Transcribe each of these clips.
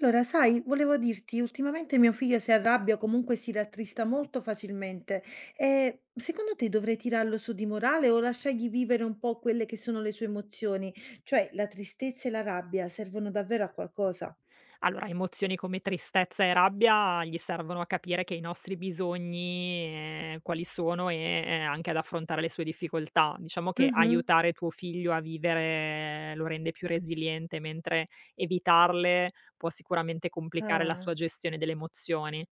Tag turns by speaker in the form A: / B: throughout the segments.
A: Allora, sai, volevo dirti, ultimamente mio figlio si arrabbia o comunque si rattrista molto facilmente. E secondo te dovrei tirarlo su di morale o lasciargli vivere un po' quelle che sono le sue emozioni? Cioè, la tristezza e la rabbia servono davvero a qualcosa?
B: Allora, emozioni come tristezza e rabbia gli servono a capire che i nostri bisogni, quali sono e, anche ad affrontare le sue difficoltà. Diciamo che
A: Mhm.
B: aiutare tuo figlio a vivere lo rende più resiliente, mentre evitarle può sicuramente complicare la sua
A: Ah,
B: gestione delle emozioni.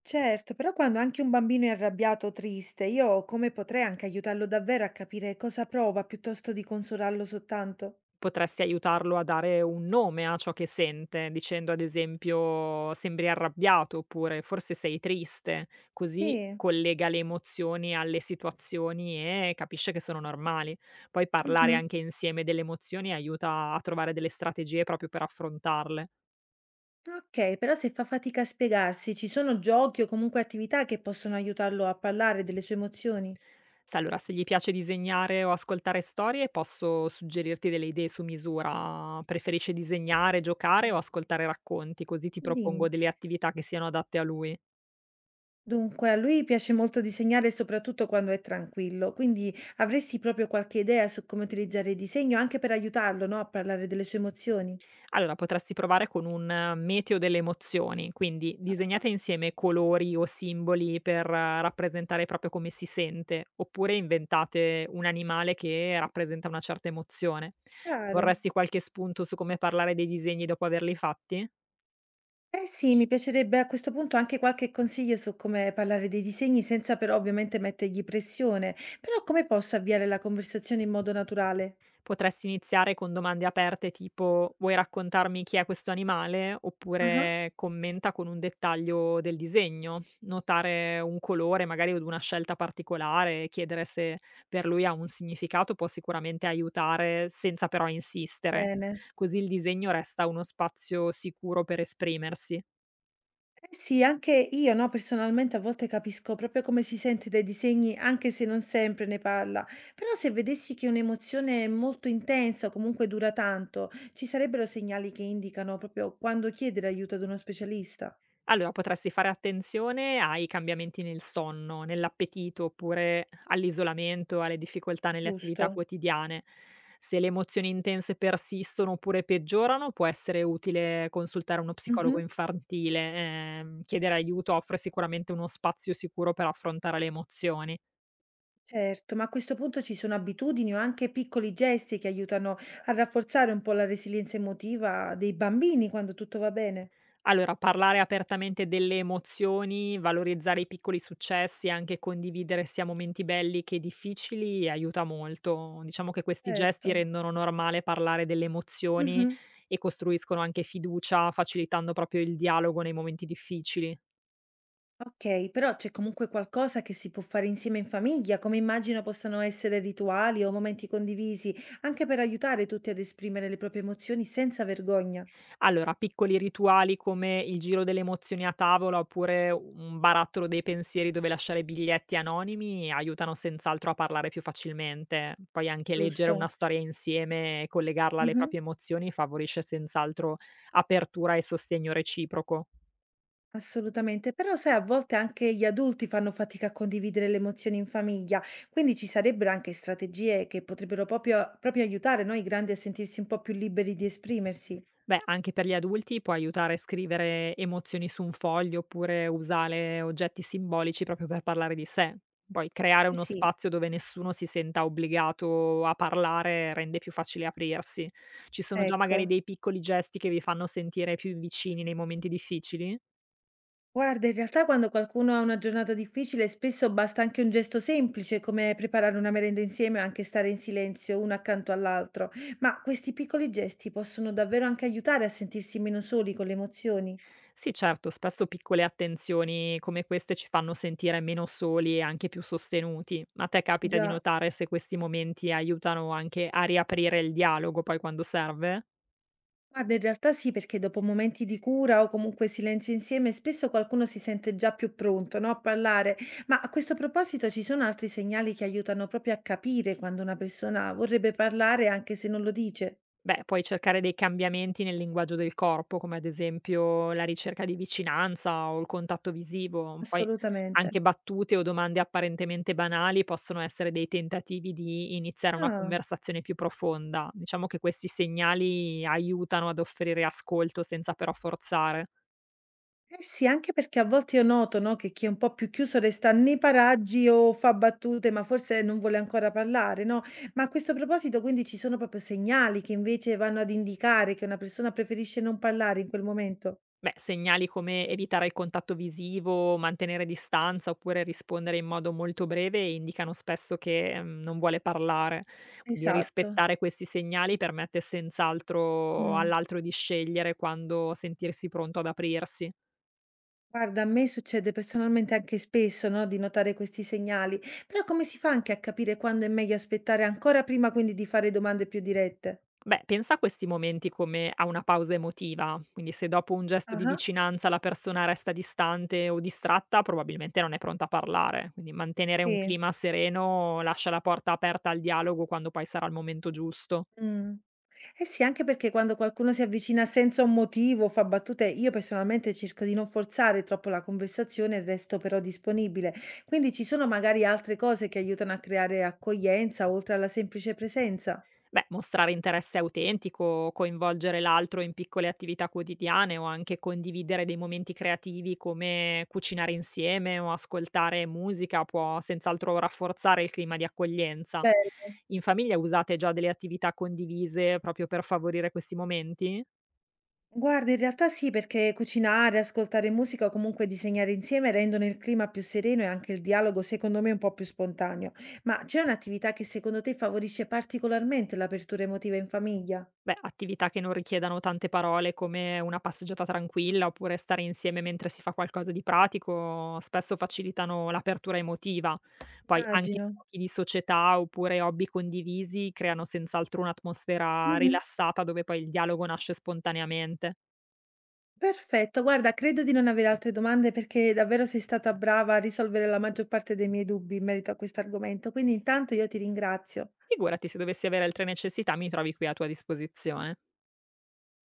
A: certo, però quando anche un bambino è arrabbiato o triste, io come potrei anche aiutarlo davvero a capire cosa prova piuttosto di consolarlo soltanto?
B: Potresti aiutarlo a dare un nome a ciò che sente, dicendo ad esempio: "Sembri arrabbiato" oppure "Forse sei triste", così
A: Sì.
B: collega le emozioni alle situazioni e capisce che sono normali. Poi parlare
A: Mhm.
B: anche insieme delle emozioni aiuta a trovare delle strategie proprio per affrontarle.
A: Okay, però se fa fatica a spiegarsi, ci sono giochi o comunque attività che possono aiutarlo a parlare delle sue emozioni?
B: Se gli piace disegnare o ascoltare storie, posso suggerirti delle idee su misura. Preferisce disegnare, giocare
A: Mh.
B: o ascoltare racconti? Così ti
A: Dimmi.
B: propongo delle attività che siano adatte a lui.
A: Dunque, a lui piace molto disegnare soprattutto quando è tranquillo, quindi avresti proprio qualche idea su come utilizzare il disegno anche per aiutarlo, no, a parlare delle sue emozioni?
B: Allora, potresti provare con un meteo delle emozioni, quindi
A: Ah-ah.
B: disegnate insieme colori o simboli per rappresentare proprio come si sente, oppure inventate un animale che rappresenta una certa emozione.
A: Chiaro.
B: Vorresti qualche spunto su come parlare dei disegni dopo averli fatti?
A: Eh sì, mi piacerebbe a questo punto anche qualche consiglio su come parlare dei disegni senza però ovviamente mettergli pressione. Però come posso avviare la conversazione in modo naturale?
B: Potresti iniziare con domande aperte tipo: "Vuoi raccontarmi chi è questo animale?"
A: Ah-ah.
B: Oppure: "Commenta con un dettaglio del disegno." Notare un colore, magari od una scelta particolare, e chiedere se per lui ha un significato può sicuramente aiutare, senza però insistere.
A: Bene.
B: Così il disegno resta uno spazio sicuro per esprimersi.
A: Eh sì, anche io, no, personalmente a volte capisco proprio come si sente dai disegni, anche se non sempre ne parla. Però se vedessi che un'emozione è molto intensa o comunque dura tanto, ci sarebbero segnali che indicano proprio quando chiedere aiuto ad uno specialista,
B: Allora, potresti fare attenzione ai cambiamenti nel sonno, nell'appetito, oppure all'isolamento, alle difficoltà nelle attività
A: giusto?
B: quotidiane. Se le emozioni intense persistono oppure peggiorano, può essere utile consultare uno
A: Mhm,
B: psicologo infantile. Chiedere aiuto offre sicuramente uno spazio sicuro per affrontare le emozioni.
A: certo, ma a questo punto ci sono abitudini o anche piccoli gesti che aiutano a rafforzare un po' la resilienza emotiva dei bambini quando tutto va bene.
B: Allora, parlare apertamente delle emozioni, valorizzare i piccoli successi e anche condividere sia momenti belli che difficili aiuta molto. Diciamo che questi
A: Certo.
B: gesti rendono normale parlare delle emozioni
A: Mhm.
B: e costruiscono anche fiducia, facilitando proprio il dialogo nei momenti difficili.
A: Okay, però c'è comunque qualcosa che si può fare insieme in famiglia, come immagino possano essere rituali o momenti condivisi, anche per aiutare tutti ad esprimere le proprie emozioni senza vergogna,
B: Allora, piccoli rituali come il giro delle emozioni a tavola oppure un barattolo dei pensieri dove lasciare biglietti anonimi aiutano senz'altro a parlare più facilmente. Poi anche leggere
A: giusto?
B: una storia insieme e collegarla alle
A: Mh-mh,
B: proprie emozioni favorisce senz'altro apertura e sostegno reciproco.
A: assolutamente. Però sai, a volte anche gli adulti fanno fatica a condividere le emozioni in famiglia, quindi ci sarebbero anche strategie che potrebbero proprio aiutare, no, i grandi a sentirsi un po' più liberi di esprimersi.
B: Beh, anche per gli adulti può aiutare a scrivere emozioni su un foglio oppure usare oggetti simbolici proprio per parlare di sé. Poi creare
A: Eh
B: uno
A: sì,
B: spazio dove nessuno si senta obbligato a parlare rende più facile aprirsi. Ci sono già
A: ecco.
B: magari dei piccoli gesti che vi fanno sentire più vicini nei momenti difficili?
A: Guarda, in realtà quando qualcuno ha una giornata difficile, spesso basta anche un gesto semplice come preparare una merenda insieme o anche stare in silenzio uno accanto all'altro, ma questi piccoli gesti possono davvero anche aiutare a sentirsi meno soli con le emozioni.
B: Sì, certo, spesso piccole attenzioni come queste ci fanno sentire meno soli e anche più sostenuti. A te capita di
A: Già,
B: notare se questi momenti aiutano anche a riaprire il dialogo poi quando serve?
A: guarda, in realtà sì, perché dopo momenti di cura o comunque silenzio insieme, spesso qualcuno si sente già più pronto, no, a parlare, ma a questo proposito ci sono altri segnali che aiutano proprio a capire quando una persona vorrebbe parlare anche se non lo dice.
B: Beh, puoi cercare dei cambiamenti nel linguaggio del corpo, come ad esempio la ricerca di vicinanza o il contatto visivo. Poi
A: Assolutamente.
B: anche battute o domande apparentemente banali possono essere dei tentativi di iniziare una
A: Ah.
B: conversazione più profonda. Diciamo che questi segnali aiutano ad offrire ascolto senza però forzare.
A: Eh sì, anche perché a volte io noto, no, che chi è un po' più chiuso resta nei paraggi o fa battute, ma forse non vuole ancora parlare, no? Ma a questo proposito, quindi ci sono proprio segnali che invece vanno ad indicare che una persona preferisce non parlare in quel momento?
B: Beh, segnali come evitare il contatto visivo, mantenere distanza oppure rispondere in modo molto breve indicano spesso che non vuole parlare. Quindi
A: Esatto.
B: rispettare questi segnali permette senz'altro
A: Mh.
B: all'altro di scegliere quando sentirsi pronto ad aprirsi.
A: Guarda, a me succede personalmente anche spesso, no, di notare questi segnali, però come si fa anche a capire quando è meglio aspettare ancora prima, quindi di fare domande più dirette?
B: Beh, pensa a questi momenti come a una pausa emotiva, quindi se dopo un gesto di
A: Ah-ah,
B: vicinanza la persona resta distante o distratta, probabilmente non è pronta a parlare, quindi mantenere un
A: sì.
B: clima sereno lascia la porta aperta al dialogo quando poi sarà il momento giusto.
A: Mh. Eh sì, anche perché quando qualcuno si avvicina senza un motivo, fa battute, io personalmente cerco di non forzare troppo la conversazione e resto però disponibile. Quindi ci sono magari altre cose che aiutano a creare accoglienza oltre alla semplice presenza.
B: Beh, mostrare interesse autentico, coinvolgere l'altro in piccole attività quotidiane o anche condividere dei momenti creativi come cucinare insieme o ascoltare musica può senz'altro rafforzare il clima di accoglienza.
A: Bello.
B: In famiglia usate già delle attività condivise proprio per favorire questi momenti?
A: Guarda, in realtà sì, perché cucinare, ascoltare musica o comunque disegnare insieme rendono il clima più sereno e anche il dialogo, secondo me, un po' più spontaneo. Ma c'è un'attività che secondo te favorisce particolarmente l'apertura emotiva in famiglia?
B: Beh, attività che non richiedano tante parole come una passeggiata tranquilla oppure stare insieme mentre si fa qualcosa di pratico, spesso facilitano l'apertura emotiva. Poi anche
A: Immagino.
B: giochi di società oppure hobby condivisi creano senz'altro un'atmosfera
A: Mhm.
B: rilassata dove poi il dialogo nasce spontaneamente.
A: Perfetto, guarda, credo di non avere altre domande perché davvero sei stata brava a risolvere la maggior parte dei miei dubbi in merito a questo argomento, quindi intanto io ti ringrazio.
B: Figurati, se dovessi avere altre necessità mi trovi qui a tua disposizione.